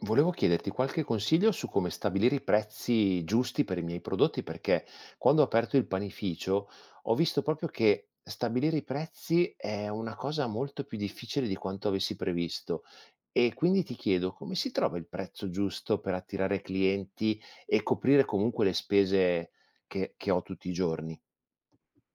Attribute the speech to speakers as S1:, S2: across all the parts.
S1: Volevo chiederti qualche consiglio su come stabilire i prezzi giusti per i miei prodotti, perché quando ho aperto il panificio ho visto proprio che stabilire i prezzi è una cosa molto più difficile di quanto avessi previsto. E quindi ti chiedo come si trova il prezzo giusto per attirare clienti e coprire comunque le spese che ho tutti i giorni?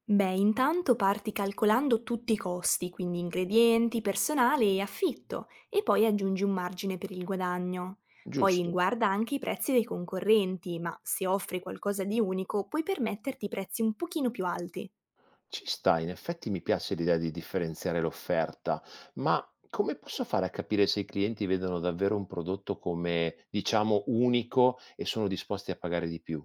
S2: Beh, intanto parti calcolando tutti i costi, quindi ingredienti, personale e affitto, e poi aggiungi un margine per il guadagno. Poi
S1: Giusto.
S2: guarda anche i prezzi dei concorrenti, ma se offri qualcosa di unico puoi permetterti prezzi un pochino più alti.
S1: Ci sta, in effetti mi piace l'idea di differenziare l'offerta, ma come posso fare a capire se i clienti vedono davvero un prodotto come, diciamo, unico e sono disposti a pagare di più?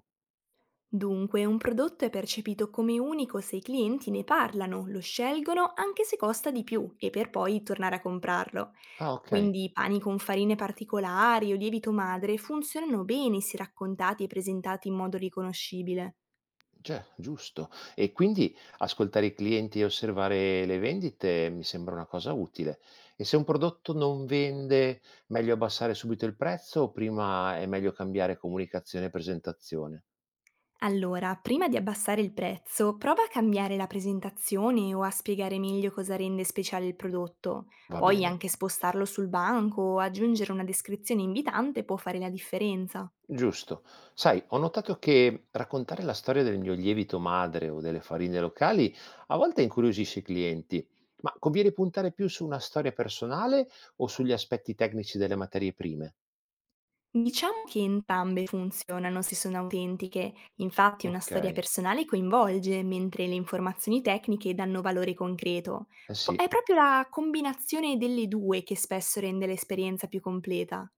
S2: Dunque, un prodotto è percepito come unico se i clienti ne parlano, lo scelgono anche se costa di più e per poi tornare a comprarlo.
S1: Ah, ok,
S2: Quindi pani con farine particolari o lievito madre funzionano bene se raccontati e presentati in modo riconoscibile.
S1: già, giusto. E quindi ascoltare i clienti e osservare le vendite mi sembra una cosa utile. E se un prodotto non vende, meglio abbassare subito il prezzo o prima è meglio cambiare comunicazione e presentazione?
S2: Allora, prima di abbassare il prezzo, prova a cambiare la presentazione o a spiegare meglio cosa rende speciale il prodotto.
S1: Va
S2: Poi
S1: bene.
S2: anche spostarlo sul banco o aggiungere una descrizione invitante può fare la differenza.
S1: Giusto. Sai, ho notato che raccontare la storia del mio lievito madre o delle farine locali a volte incuriosisce i clienti, ma conviene puntare più su una storia personale o sugli aspetti tecnici delle materie prime?
S2: Diciamo che entrambe funzionano se sono autentiche, infatti una
S1: Ok,
S2: storia personale coinvolge, mentre le informazioni tecniche danno valore concreto.
S1: eh
S2: È
S1: sì,
S2: proprio la combinazione delle due che spesso rende l'esperienza più completa.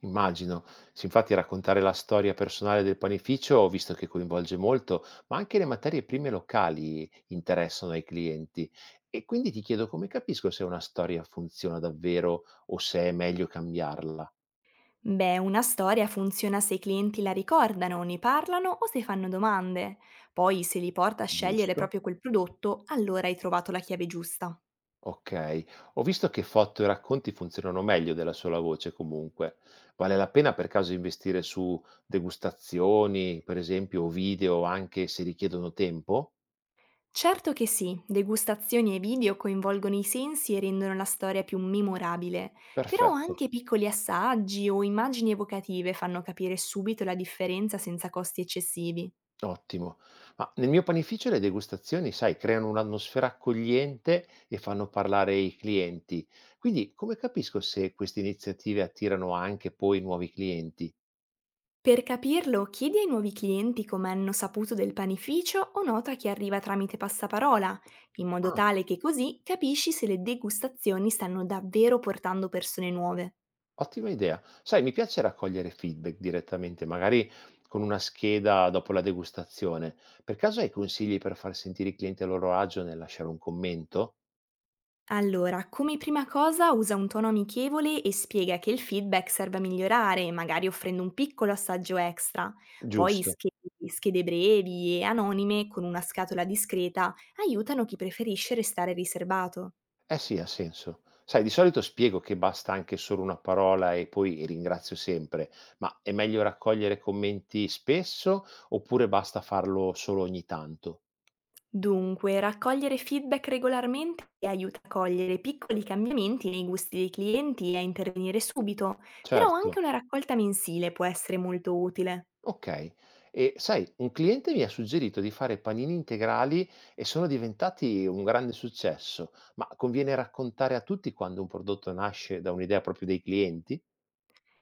S1: immagino. Sì, infatti raccontare la storia personale del panificio, ho visto che coinvolge molto, ma anche le materie prime locali interessano ai clienti. E quindi ti chiedo come capisco se una storia funziona davvero o se è meglio cambiarla.
S2: Beh, una storia funziona se i clienti la ricordano, ne parlano o se fanno domande. Poi, se li porta a scegliere
S1: Giusto?
S2: proprio quel prodotto, allora hai trovato la chiave giusta.
S1: Okay. Ho visto che foto e racconti funzionano meglio della sola voce comunque. Vale la pena per caso investire su degustazioni, per esempio, o video anche se richiedono tempo?
S2: Certo che sì, degustazioni e video coinvolgono i sensi e rendono la storia più memorabile, però
S1: Perfetto,
S2: anche piccoli assaggi o immagini evocative fanno capire subito la differenza senza costi eccessivi.
S1: ottimo. Ma nel mio panificio le degustazioni, sai, creano un'atmosfera accogliente e fanno parlare i clienti. Quindi come capisco se queste iniziative attirano anche poi nuovi clienti?
S2: Per capirlo, chiedi ai nuovi clienti come hanno saputo del panificio o nota chi arriva tramite passaparola, in modo
S1: Ah.
S2: tale che così capisci se le degustazioni stanno davvero portando persone nuove.
S1: Ottima idea. Sai, mi piace raccogliere feedback direttamente, magari con una scheda dopo la degustazione. Per caso hai consigli per far sentire i clienti a loro agio nel lasciare un commento?
S2: Allora, come prima cosa usa un tono amichevole e spiega che il feedback serve a migliorare, magari offrendo un piccolo assaggio extra. Poi
S1: Giusto.
S2: schede brevi e anonime con una scatola discreta aiutano chi preferisce restare riserbato.
S1: Eh sì, ha senso. Sai, di solito spiego che basta anche solo una parola e poi ringrazio sempre, ma è meglio raccogliere commenti spesso oppure basta farlo solo ogni tanto?
S2: Dunque, raccogliere feedback regolarmente aiuta a cogliere piccoli cambiamenti nei gusti dei clienti e a intervenire subito, però
S1: Certo.
S2: anche una raccolta mensile può essere molto utile.
S1: Okay. E sai, un cliente mi ha suggerito di fare panini integrali e sono diventati un grande successo, ma conviene raccontare a tutti quando un prodotto nasce da un'idea proprio dei clienti?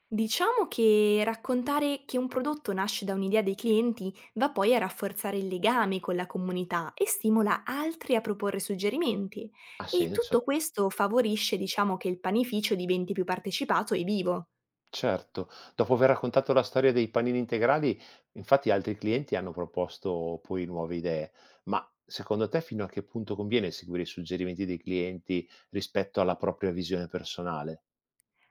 S2: Diciamo che raccontare che un prodotto nasce da un'idea dei clienti va poi a rafforzare il legame con la comunità e stimola altri a proporre suggerimenti.
S1: Ha
S2: E tutto
S1: senso.
S2: questo favorisce, diciamo, che il panificio diventi più partecipato e vivo.
S1: Certo, dopo aver raccontato la storia dei panini integrali, infatti altri clienti hanno proposto poi nuove idee, ma secondo te fino a che punto conviene seguire i suggerimenti dei clienti rispetto alla propria visione personale?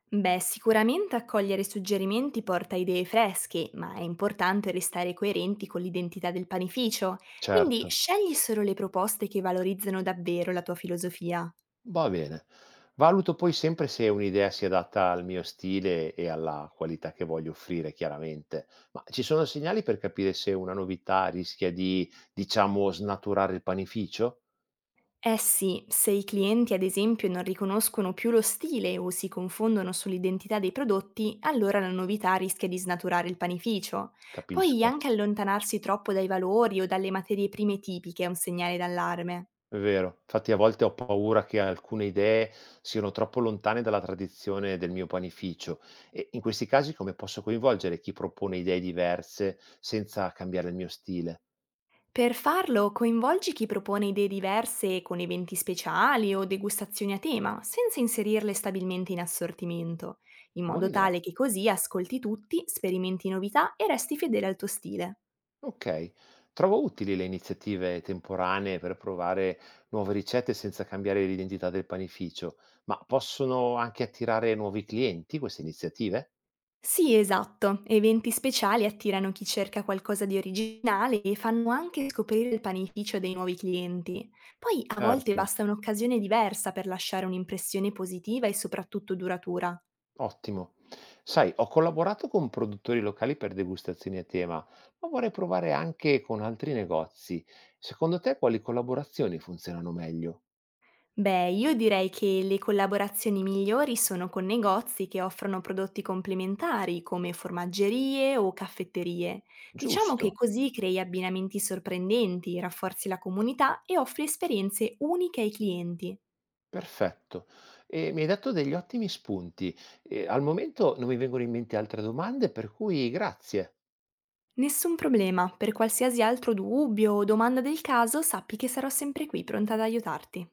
S2: Beh, sicuramente accogliere suggerimenti porta idee fresche, ma è importante restare coerenti con l'identità del panificio, quindi
S1: Certo.
S2: scegli solo le proposte che valorizzano davvero la tua filosofia.
S1: Va bene. Valuto poi sempre se un'idea si adatta al mio stile e alla qualità che voglio offrire, chiaramente. Ma ci sono segnali per capire se una novità rischia di, diciamo, snaturare il panificio?
S2: Eh sì, se i clienti ad esempio non riconoscono più lo stile o si confondono sull'identità dei prodotti, allora la novità rischia di snaturare il panificio. Poi
S1: Capisco,
S2: anche allontanarsi troppo dai valori o dalle materie prime tipiche è un segnale d'allarme.
S1: è vero. Infatti a volte ho paura che alcune idee siano troppo lontane dalla tradizione del mio panificio. E in questi casi come posso coinvolgere chi propone idee diverse senza cambiare il mio stile?
S2: Per farlo, coinvolgi chi propone idee diverse con eventi speciali o degustazioni a tema, senza inserirle stabilmente in assortimento, in
S1: Buona
S2: modo
S1: idea.
S2: tale che così ascolti tutti, sperimenti novità e resti fedele al tuo stile.
S1: Okay. Trovo utili le iniziative temporanee per provare nuove ricette senza cambiare l'identità del panificio, ma possono anche attirare nuovi clienti queste iniziative?
S2: Sì, esatto. Eventi speciali attirano chi cerca qualcosa di originale e fanno anche scoprire il panificio dei nuovi clienti. Poi a volte
S1: Certo.
S2: basta un'occasione diversa per lasciare un'impressione positiva e soprattutto duratura.
S1: Ottimo. Sai, ho collaborato con produttori locali per degustazioni a tema, ma vorrei provare anche con altri negozi. Secondo te quali collaborazioni funzionano meglio?
S2: Beh, io direi che le collaborazioni migliori sono con negozi che offrono prodotti complementari come formaggerie o caffetterie. Diciamo che
S1: Giusto.
S2: così crei abbinamenti sorprendenti, rafforzi la comunità e offri esperienze uniche ai clienti.
S1: Perfetto. E mi hai dato degli ottimi spunti. E al momento non mi vengono in mente altre domande, per cui grazie.
S2: Nessun problema, per qualsiasi altro dubbio o domanda del caso sappi che sarò sempre qui pronta ad aiutarti.